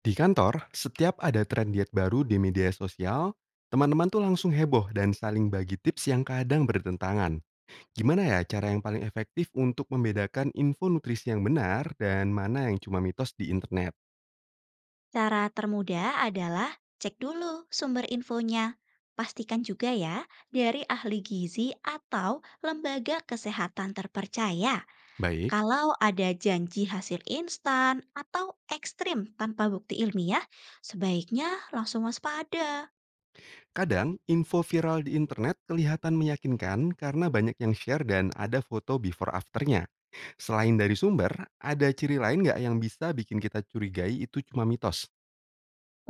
Di kantor, setiap ada tren diet baru di media sosial, teman-teman tuh langsung heboh dan saling bagi tips yang kadang bertentangan. Gimana ya cara yang paling efektif untuk membedakan info nutrisi yang benar dan mana yang cuma mitos di internet? Cara termudah adalah cek dulu sumber infonya. Pastikan juga ya, dari ahli gizi atau lembaga kesehatan terpercaya. Baik, Kalau ada janji hasil instan atau ekstrim tanpa bukti ilmiah, sebaiknya langsung waspada. kadang info viral di internet kelihatan meyakinkan karena banyak yang share dan ada foto before afternya. Selain dari sumber, ada ciri lain nggak yang bisa bikin kita curigai itu cuma mitos?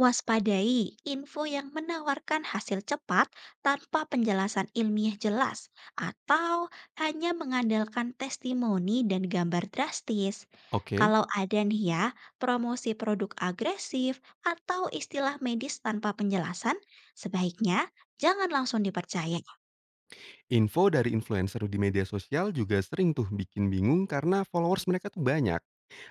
Waspadai info yang menawarkan hasil cepat tanpa penjelasan ilmiah jelas, atau hanya mengandalkan testimoni dan gambar drastis. Oke. Kalau ada nih ya, promosi produk agresif atau istilah medis tanpa penjelasan, sebaiknya jangan langsung dipercaya. Info dari influencer di media sosial juga sering tuh bikin bingung karena followers mereka tuh banyak.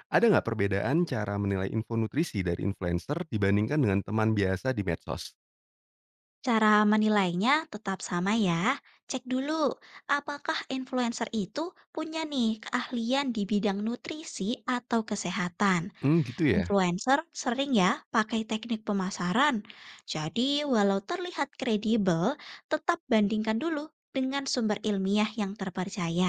Ada nggak perbedaan cara menilai info nutrisi dari influencer dibandingkan dengan teman biasa di medsos? Cara menilainya tetap sama ya. Cek dulu, apakah influencer itu punya nih keahlian di bidang nutrisi atau kesehatan. Hmm, gitu ya. Influencer sering ya pakai teknik pemasaran. Jadi, walau terlihat kredibel, tetap bandingkan dulu dengan sumber ilmiah yang terpercaya.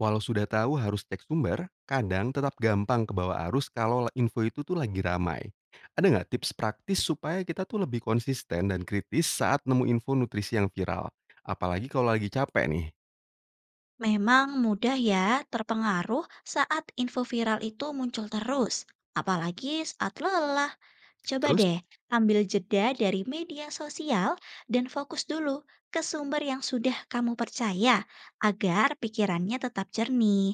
Walau sudah tahu harus cek sumber, kadang tetap gampang kebawa arus kalau info itu tuh lagi ramai. Ada nggak tips praktis supaya kita tuh lebih konsisten dan kritis saat nemu info nutrisi yang viral? Apalagi kalau lagi capek nih. Memang mudah ya terpengaruh saat info viral itu muncul terus, apalagi saat lelah. Coba Terus, deh ambil jeda dari media sosial dan fokus dulu ke sumber yang sudah kamu percaya agar pikirannya tetap jernih.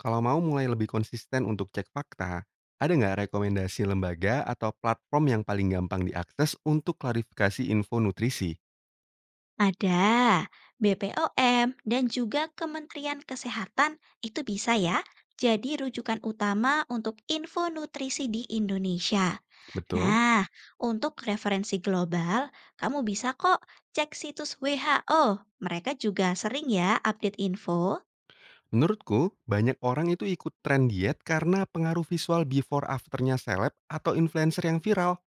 kalau mau mulai lebih konsisten untuk cek fakta, ada nggak rekomendasi lembaga atau platform yang paling gampang diakses untuk klarifikasi info nutrisi? Ada, BPOM dan juga Kementerian Kesehatan itu bisa ya jadi rujukan utama untuk info nutrisi di Indonesia. Betul. Nah, untuk referensi global, kamu bisa kok cek situs WHO. Mereka juga sering ya update info. Menurutku, banyak orang itu ikut tren diet karena pengaruh visual before afternya seleb atau influencer yang viral.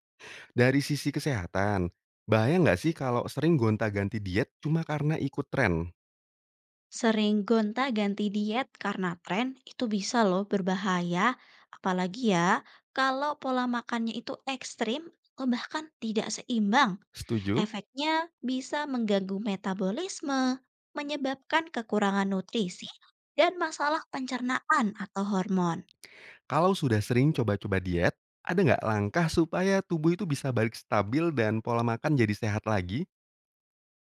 Dari sisi kesehatan, bahaya nggak sih kalau sering gonta-ganti diet cuma karena ikut tren? Sering gonta-ganti diet karena tren itu bisa loh berbahaya. Apalagi ya kalau pola makannya itu ekstrim atau bahkan tidak seimbang. Setuju? Efeknya bisa mengganggu metabolisme, menyebabkan kekurangan nutrisi, dan masalah pencernaan atau hormon. Kalau sudah sering coba-coba diet, ada nggak langkah supaya tubuh itu bisa balik stabil dan pola makan jadi sehat lagi?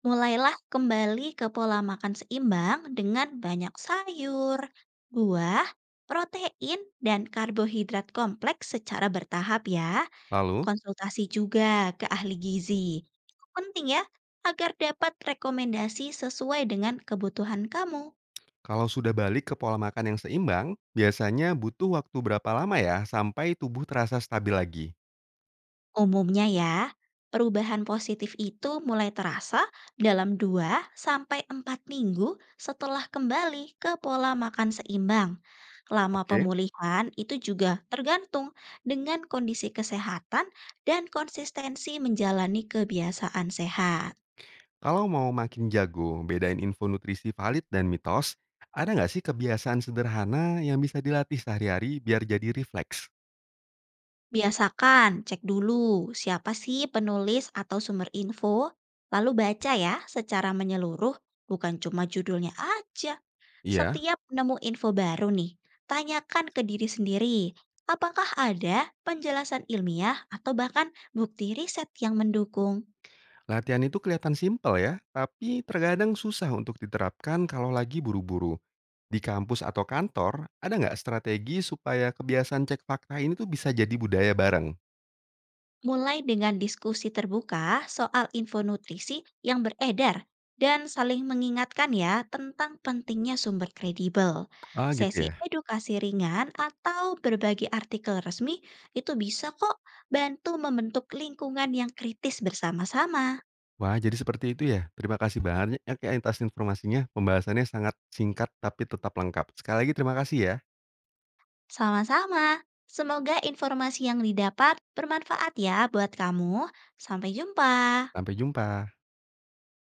Mulailah kembali ke pola makan seimbang dengan banyak sayur, buah, protein, dan karbohidrat kompleks secara bertahap ya. Lalu, Konsultasi juga ke ahli gizi. Penting ya, agar dapat rekomendasi sesuai dengan kebutuhan kamu. kalau sudah balik ke pola makan yang seimbang, biasanya butuh waktu berapa lama ya sampai tubuh terasa stabil lagi? Umumnya ya, perubahan positif itu mulai terasa dalam 2 sampai 4 minggu setelah kembali ke pola makan seimbang. Lama Oke, pemulihan itu juga tergantung dengan kondisi kesehatan dan konsistensi menjalani kebiasaan sehat. kalau mau makin jago bedain info nutrisi valid dan mitos, ada nggak sih kebiasaan sederhana yang bisa dilatih sehari-hari biar jadi refleks? Biasakan cek dulu siapa sih penulis atau sumber info, lalu baca ya secara menyeluruh, bukan cuma judulnya aja. Iya, Setiap nemu info baru nih, tanyakan ke diri sendiri, apakah ada penjelasan ilmiah atau bahkan bukti riset yang mendukung. latihan itu kelihatan simpel ya, tapi terkadang susah untuk diterapkan kalau lagi buru-buru. Di kampus atau kantor, ada nggak strategi supaya kebiasaan cek fakta ini tuh bisa jadi budaya bareng? Mulai dengan diskusi terbuka soal info nutrisi yang beredar dan saling mengingatkan ya tentang pentingnya sumber kredibel. Ah gitu Sesi ya. edukasi ringan atau berbagi artikel resmi itu bisa kok bantu membentuk lingkungan yang kritis bersama-sama. Wah, jadi seperti itu ya. Terima kasih banyak ya atas informasinya. Pembahasannya sangat singkat tapi tetap lengkap. Sekali lagi terima kasih ya. Sama-sama. Semoga informasi yang didapat bermanfaat ya buat kamu. Sampai jumpa. Sampai jumpa.